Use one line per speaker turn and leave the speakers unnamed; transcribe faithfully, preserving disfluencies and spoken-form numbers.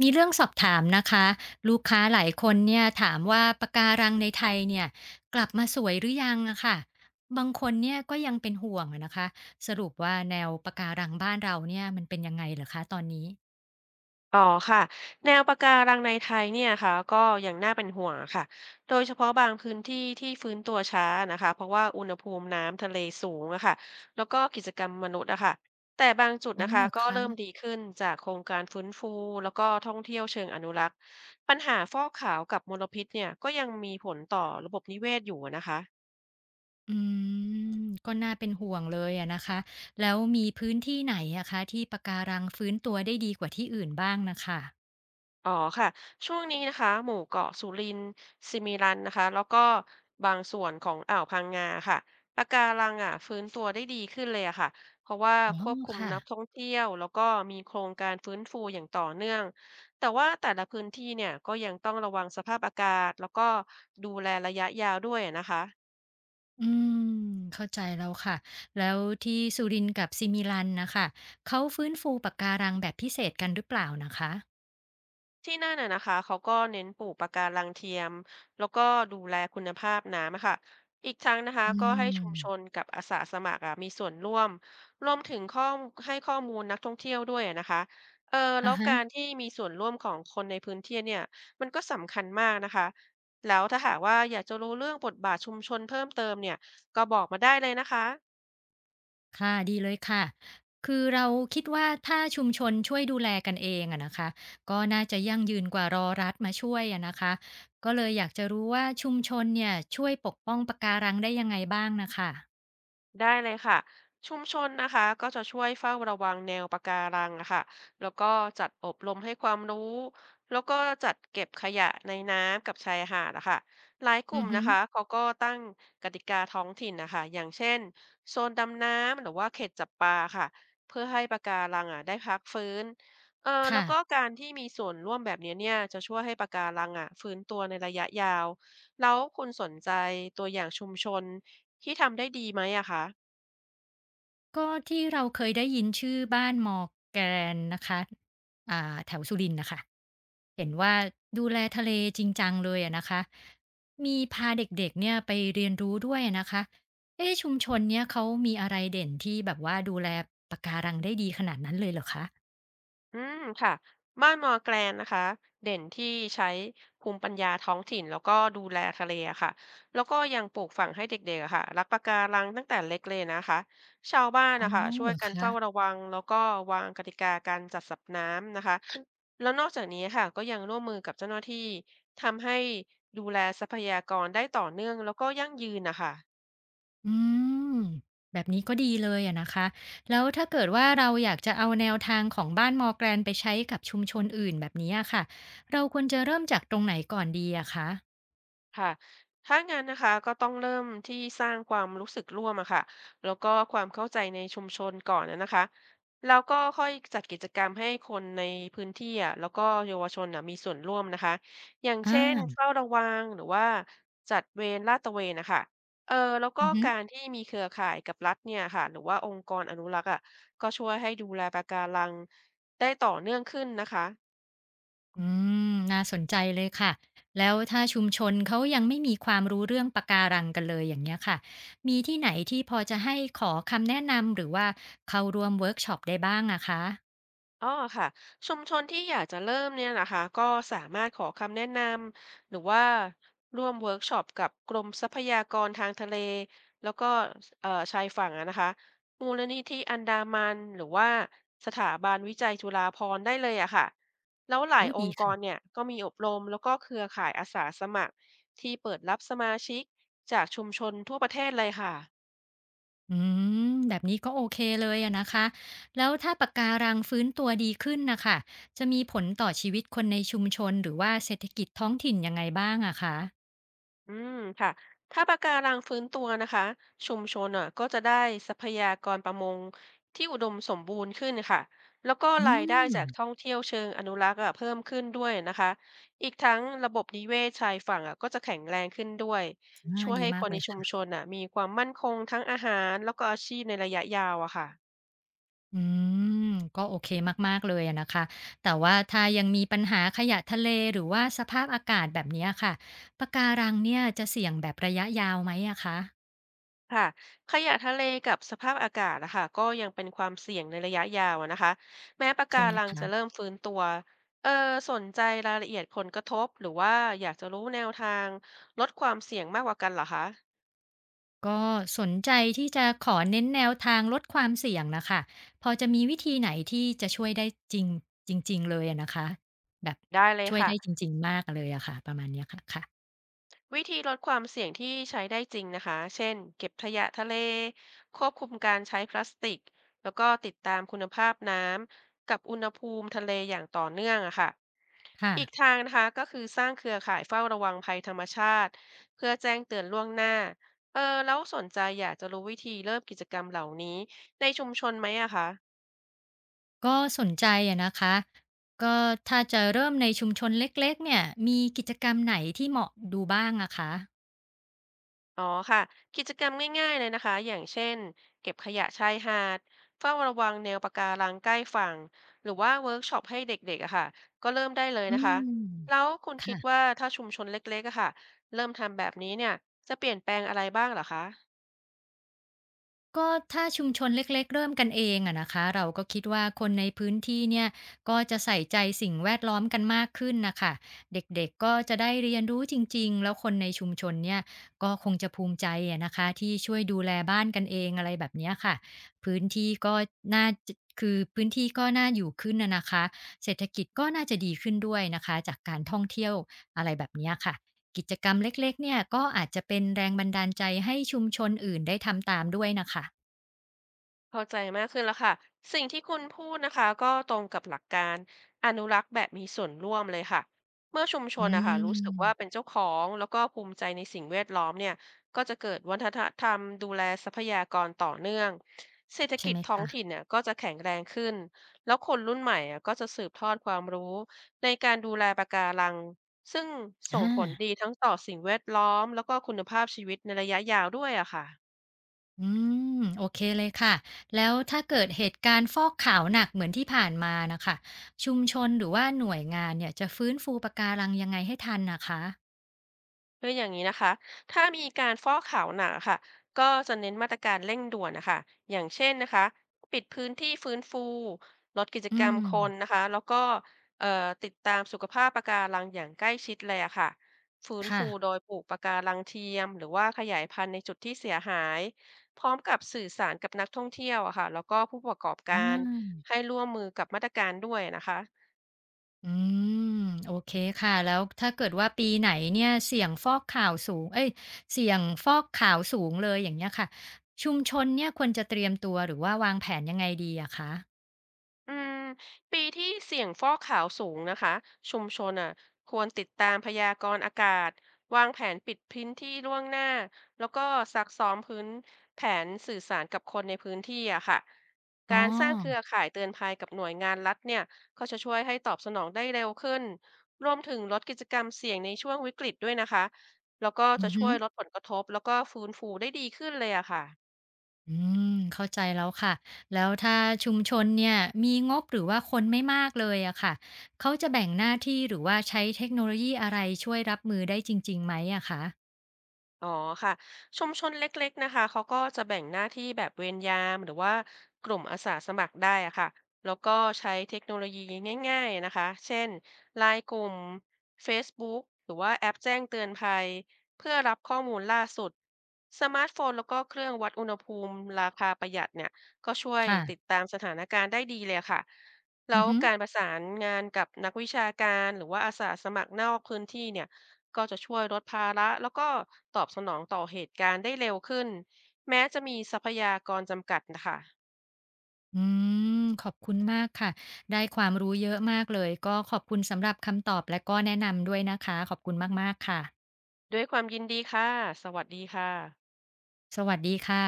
มีเรื่องสอบถามนะคะลูกค้าหลายคนเนี่ยถามว่าปะการังในไทยเนี่ยกลับมาสวยหรือยังอะค่ะบางคนเนี่ยก็ยังเป็นห่วงอะนะคะสรุปว่าแนวปะการังบ้านเราเนี่ยมันเป็นยังไงเหรอคะตอนนี้
อ๋อค่ะแนวปะการังในไทยเนี่ยค่ะก็ยังน่าเป็นห่วงค่ะโดยเฉพาะบางพื้นที่ที่ฟื้นตัวช้านะคะเพราะว่าอุณหภูมิน้ำทะเลสูงอะค่ะแล้วก็กิจกรรมมนุษย์อะค่ะแต่บางจุด
อ๋อ
นะ
เห
คะ
รอ
ก็
คะ
เริ่มดีขึ้นจากโครงการฟื้นฟูแล้วก็ท่องเที่ยวเชิงอนุรักษ์ปัญหาฟอกขาวกับมลพิษเนี่ยก็ยังมีผลต่อระบบนิเวศอยู่นะคะ
อืมก็น่าเป็นห่วงเลยอะนะคะแล้วมีพื้นที่ไหนอะคะที่ปะการังฟื้นตัวได้ดีกว่าที่อื่นบ้างนะคะ
อ๋อค่ะช่วงนี้นะคะหมู่เกาะสุรินทร์สิมิรันนะคะแล้วก็บางส่วนของอ่าวพังงาค่ะปะการังอ่ะฟื้นตัวได้ดีขึ้นเลยอะค่ะเพราะว่า
อ๋อ
ควบคุม
ค่ะ
นักท่องเที่ยวแล้วก็มีโครงการฟื้นฟูอย่างต่อเนื่องแต่ว่าแต่ละพื้นที่เนี่ยก็ยังต้องระวังสภาพอากาศแล้วก็ดูแลระยะยาวด้วยนะคะ
อืมเข้าใจแล้วค่ะแล้วที่สุรินทร์กับซิมิลันนะคะเขาฟื้นฟูปะการังแบบพิเศษกันหรือเปล่านะคะ
ที่นั่นน่ะนะคะเขาก็เน้นปลูกปะการังเทียมแล้วก็ดูแลคุณภาพน้ำอะค่ะอีกทั้งนะคะ
อื
ก็ให้ชุมชน
ม
กับอาสาสมัครอะมีส่วนร่วมรวมถึงข้อมให้ข้อมูลนักท่องเที่ยวด้วยอะนะคะเออแล้
อะ
ว
ฮะ
การที่มีส่วนร่วมของคนในพื้นที่เนี่ยมันก็สำคัญมากนะคะแล้วถ้าหากว่าอยากจะรู้เรื่องบทบาทชุมชนเพิ่มเติมเนี่ยก็บอกมาได้เลยนะคะ
ค่ะดีเลยค่ะคือเราคิดว่าถ้าชุมชนช่วยดูแลกันเองอะนะคะก็น่าจะยั่งยืนกว่ารอรัฐมาช่วยอะนะคะก็เลยอยากจะรู้ว่าชุมชนเนี่ยช่วยปกป้องปะการังได้ยังไงบ้างน่ะค่ะ
ได้เลยค่ะชุมชนนะคะก็จะช่วยเฝ้าระวังแนวปะการังอะค่ะแล้วก็จัดอบรมให้ความรู้แล้วก็จัดเก็บขยะในน้ำกับชายหาดนะคะหลายก
อื
ลุ่ม
อฮึ
นะคะเขาก็ตั้งกติกาท้องถิ่นนะคะอย่างเช่นโซนดำน้ำหรือว่าเขตจับปลาค่ะเพื่อให้ปะการังอะได้พักฟื้นเอ่อแล้
ค่ะ
วก็การที่มีส่วนร่วมแบบนี้เนี่ยจะช่วยให้ปะการังอะฟื้นตัวในระยะยาวแล้วคุณสนใจตัวอย่างชุมชนที่ทำได้ดีไหมอะคะ
ก็ที่เราเคยได้ยินชื่อบ้านมอร์แกนนะคะอ่าแถวสุรินทร์นะคะเห็นว่าดูแลทะเลจริงจังเลยอะนะคะมีพาเด็กๆเนี่ยไปเรียนรู้ด้วยอะนะคะเอ๊ะชุมชนเนี้ยเขามีอะไรเด่นที่แบบว่าดูแลปะการังได้ดีขนาดนั้นเลยเหรอคะ
อืมค่ะบ้านมอร์แกลนนะคะเด่นที่ใช้ภูมิปัญญาท้องถิ่นแล้วก็ดูแลทะเลอะค่ะแล้วก็ยังปลูกฝังให้เด็กๆอะค่ะรักปะการังตั้งแต่เล็กเลยนะคะชาวบ้าน
อ๋อ
นะคะช่ว
เหร
ย
อ
กัน
คะ
เฝ้าระวังแล้วก็วางกติกาการจัดสรรน้ำนะคะแล้วนอกจากนี้ค่ะก็ยังร่วมมือกับเจ้าหน้าที่ทำให้ดูแลทรัพยากรได้ต่อเนื่องแล้วก็ยั่งยืนนะคะ
อืมแบบนี้ก็ดีเลยอะนะคะแล้วถ้าเกิดว่าเราอยากจะเอาแนวทางของบ้านมอร์แกรนไปใช้กับชุมชนอื่นแบบนี้อะค่ะเราควรจะเริ่มจากตรงไหนก่อนดีอะคะ
ค่ะถ้างั้นนะคะก็ต้องเริ่มที่สร้างความรู้สึกร่วมอะค่ะแล้วก็ความเข้าใจในชุมชนก่อนนะนะคะแล้วก็ค่อยจัดกิจกรรมให้คนในพื้นที่อะแล้วก็เยาวชนอะมีส่วนร่วมนะคะอย่าง
อ
เช่น
า
เฝ้าระวังหรือว่าจัดเวรลาดตระเวนนะคะเออแล้วก็
อือฮึ
การที่มีเครือข่ายกับรัฐเนี่ยค่ะหรือว่าองค์กรอนุรักษ์อะก็ช่วยให้ดูแลปะการังได้ต่อเนื่องขึ้นนะคะ
อืมน่าสนใจเลยค่ะแล้วถ้าชุมชนเขายังไม่มีความรู้เรื่องปะการังกันเลยอย่างเงี้ยค่ะมีที่ไหนที่พอจะให้ขอคำแนะนำหรือว่าเข้าร่วมเวิร์กช็อปได้บ้างอะคะ
อ๋อค่ะชุมชนที่อยากจะเริ่มเนี่ยนะคะก็สามารถขอคำแนะนำหรือว่าร่วมเวิร์กช็อปกับกรมทรัพยากรทางทะเลแล้วก็เอ่อชายฝั่งอะนะคะมูลนิธิอันดามันหรือว่าสถาบันวิจัยจุฬาภรณ์ได้เลยอะค่ะแล้วหลาย
โอ้ย
อง
ดี
ค์ก
ค่ะ
รเนี่ยก็มีอบรมแล้วก็เครือข่ายอาสาสมัครที่เปิดรับสมาชิกจากชุมชนทั่วประเทศเลยค่ะ
อืมแบบนี้ก็โอเคเลยอะนะคะแล้วถ้าปะการังฟื้นตัวดีขึ้นนะคะจะมีผลต่อชีวิตคนในชุมชนหรือว่าเศรษฐกิจท้องถิ่นยังไงบ้างอะคะ
อืมค่ะถ้าปะการังฟื้นตัวนะคะชุมชนอ่ะก็จะได้ทรัพยากรประมงที่อุดมสมบูรณ์ขึ้นค่ะแล้วก็
อื
รายได้จา
ม
กท่องเที่ยวเชิงอนุรักษ์อ่ะเพิ่มขึ้นด้วยนะคะอีกทั้งระบบนิเวศชายฝั่งอ่ะก็จะแข็งแรงขึ้นด้วย
อา
ช่วย
ดี
ให้ค
มาก
น
เล
ใน
ย
ชุมช
ค่ะ
นอ่ะมีความมั่นคงทั้งอาหารแล้วก็อาชีพในระยะยาวอะค่ะ
อืมก็โอเคมากๆเลยอะนะคะแต่ว่าถ้ายังมีปัญหาขยะทะเลหรือว่าสภาพอากาศแบบเนี้ยค่ะปะการังเนี่ยจะเสี่ยงแบบระยะยาวไหมอะคะ
ค่ะขยะทะเลกับสภาพอากาศนะคะก็ยังเป็นความเสี่ยงในระยะยาวอะนะคะแม้ปะ
ใช่
กา
ไหม
รัง
คะ
จะเริ่มฟื้นตัวเออสนใจรายละเอียดผลกระทบหรือว่าอยากจะรู้แนวทางลดความเสี่ยงมากกว่ากันเหรอคะ
ก็สนใจที่จะขอเน้นแนวทางลดความเสี่ยงน่ะค่ะพอจะมีวิธีไหนที่จะช่วยได้จริงจริงๆเลยอะนะคะแบบ
ได้เลย
ช่วย
ค่ะ
ได้จริงๆมากเลยอะค่ะประมาณเนี้ยค่ะค่ะ
วิธีลดความเสี่ยงที่ใช้ได้จริงนะคะเช่นเก็บขยะทะเลควบคุมการใช้พลาสติกแล้วก็ติดตามคุณภาพน้ำกับอุณหภูมิทะเลอย่างต่อเนื่องอะค่ะ
ค่ะ
อีกทางนะคะก็คือสร้างเครือข่ายเฝ้าระวังภัยธรรมชาติเพื่อแจ้งเตือนล่วงหน้าเออแล้วสนใจอยากจะรู้วิธีเริ่มกิจกรรมเหล่านี้ในชุมชนไหมอะคะ
ก็สนใจอะนะคะก็ถ้าจะเริ่มในชุมชนเล็กๆเนี่ยมีกิจกรรมไหนที่เหมาะดูบ้างอะคะ
อ๋อค่ะกิจกรรมง่ายๆเลยนะคะอย่างเช่นเก็บขยะชายหาดเฝ้าระวังแนวปะการังใกล้ฝั่งหรือว่าเวิร์กช็อปให้เด็กๆอะค่ะก็เริ่มได้เลย
อื
นะคะ
ม
แล้วคุณคิด
ค่ะ
ว่าถ้าชุมชนเล็กๆอะค่ะเริ่มทำแบบนี้เนี่ยจะเปลี่ยนแปลงอะไรบ้างเหรอคะ
ก็ถ้าชุมชนเล็กๆเริ่มกันเองอะนะคะเราก็คิดว่าคนในพื้นที่เนี่ยก็จะใส่ใจสิ่งแวดล้อมกันมากขึ้นนะคะเด็กๆก็จะได้เรียนรู้จริงๆแล้วคนในชุมชนเนี่ยก็คงจะภูมิใจอะนะคะที่ช่วยดูแลบ้านกันเองอะไรแบบเนี้ยค่ะพื้นที่ก็น่าจะคือพื้นที่ก็น่าอยู่ขึ้นนะนะคะเศรษฐกิจก็น่าจะดีขึ้นด้วยนะคะจากการท่องเที่ยวอะไรแบบเนี้ยค่ะ กิจกรรมเล็กๆเนี่ยก็อาจจะเป็นแรงบันดาลใจให้ชุมชนอื่นได้ทำตามด้วยน่ะค่ะ
เข้าใจมากขึ้นแล้วค่ะสิ่งที่คุณพูดนะคะก็ตรงกับหลักการอนุรักษ์แบบมีส่วนร่วมเลยค่ะเมื่อชุมช
อื
นนะคะรู้สึกว่าเป็น
ม
เจ้าของแล้วก็ภูมิใจในสิ่งแวดล้อมเนี่ยก็จะเกิดวัฒนธรรมดูแลทรัพยากรต่อเนื่องเศรษฐ
ใช่
กิจ
ไหม
ท้อง
คะ
ถิ่นเนี่ยก็จะแข็งแรงขึ้นแล้วคนรุ่นใหม่อะก็จะสืบทอดความรู้ในการดูแลปะการังซึ่ง
อ
ส่งผลดี
า
ทั้งต่อสิ่งแวดล้อมแล้วก็คุณภาพชีวิตในระยะยาวด้วยอะค่ะ
อืมโอเคเลยค่ะ แล้วถ้าเกิดเหตุการณ์ฟอกขาวหนักเหมือนที่ผ่านมาน่ะค่ะชุมชนหรือว่าหน่วยงานเนี่ยจะฟื้นฟูปะการังยังไงให้ทันน่ะคะ
คืออย่างนี้นะคะ ถ้ามีการฟอกขาวหนาค่ะก็จะเน้นมาตรการเร่งด่วนนะคะอย่างเช่นนะคะปิดพื้นที่ฟื้นฟูลดกิจ
อื
กรรม
ม
คนนะคะแล้วก็เอ่อติดตามสุขภาพปะการังอย่างใกล้ชิดเลยอะค่ะฟื้นฟู
ค่ะ
โดยปลูกปะการังเทียมหรือว่าขยายพันธุ์ในจุดที่เสียหาย พร้อมกับสื่อสารกับนักท่องเที่ยวอะค่ะแล้วก็ผู้ประกอบ
อ
การ
า
ให้ร่วมมือกับมาตรการด้วยนะคะ
อืมโอเคค่ะแล้วถ้าเกิดว่าปีไหนเนี่ยเสี่ยงฟอกข่าวสูงเอ้ยเสี่ยงฟอกขาวสูงเลยอย่างเงี้ยค่ะชุมชนเนี่ยควรจะเตรียมตัวหรือว่าวางแผนยังไงดีอะคะ
อืมปีที่เสี่ยงฟอกขาวสูงนะคะชุมชนอ่ะควรติดตามพยากรณ์อากาศวางแผนปิดพื้นที่ล่วงหน้าแล้วก็ซักซ้อมพื้นแผนสื่อสารกับคนในพื้นที่อะค่ะ
อ๋อ
การสร้างเครือข่ายเตือนภัยกับหน่วยงานรัฐเนี่ยก็จะช่วยให้ตอบสนองได้เร็วขึ้นรวมถึงลดกิจกรรมเสี่ยงในช่วงวิกฤตด้วยนะคะแล้วก็
อื
จะ
อ
ช่
ฮึ
วยลดผลกระทบแล้วก็ฟื้นฟูได้ดีขึ้นเลยอะค่ะ
อืมเข้าใจแล้วค่ะแล้วถ้าชุมชนเนี่ยมีงบหรือว่าคนไม่มากเลยอะค่ะเขาจะแบ่งหน้าที่หรือว่าใช้เทคโนโลยีอะไรช่วยรับมือได้จริงๆไหมอะคะ
อ๋อค่ะชุมชนเล็กๆนะคะเขาก็จะแบ่งหน้าที่แบบเวรยามหรือว่ากลุ่มอาสาสมัครได้อะค่ะแล้วก็ใช้เทคโนโลยีง่ายๆนะคะเช่นไลน์กลุ่ม เฟซบุ๊ก หรือว่าแอปแจ้งเตือนภัยเพื่อรับข้อมูลล่าสุดสมาร์ทโฟนแล้วก็เครื่องวัดอุณหภูมิราคาประหยัดเนี่ยก็ช่วย
ค่ะ
ติดตามสถานการณ์ได้ดีเลยค่ะแล้
อือ
ว
ฮึ
การประสานงานกับนักวิชาการหรือว่าอาสาสมัครนอกพื้นที่เนี่ย ก็จะช่วยลดภาระแล้วก็ตอบสนองต่อเหตุการณ์ได้เร็วขึ้นแม้จะมีทรัพยากรจำกัดนะคะ
อืมขอบคุณมากค่ะได้ความรู้เยอะมากเลยก็ขอบคุณสำหรับคำตอบและก็แนะนำด้วยนะคะขอบคุณมากๆค่ะ
ด้วยความยินดีค่ะสวัสดีค่ะ
สวัสดีค่ะ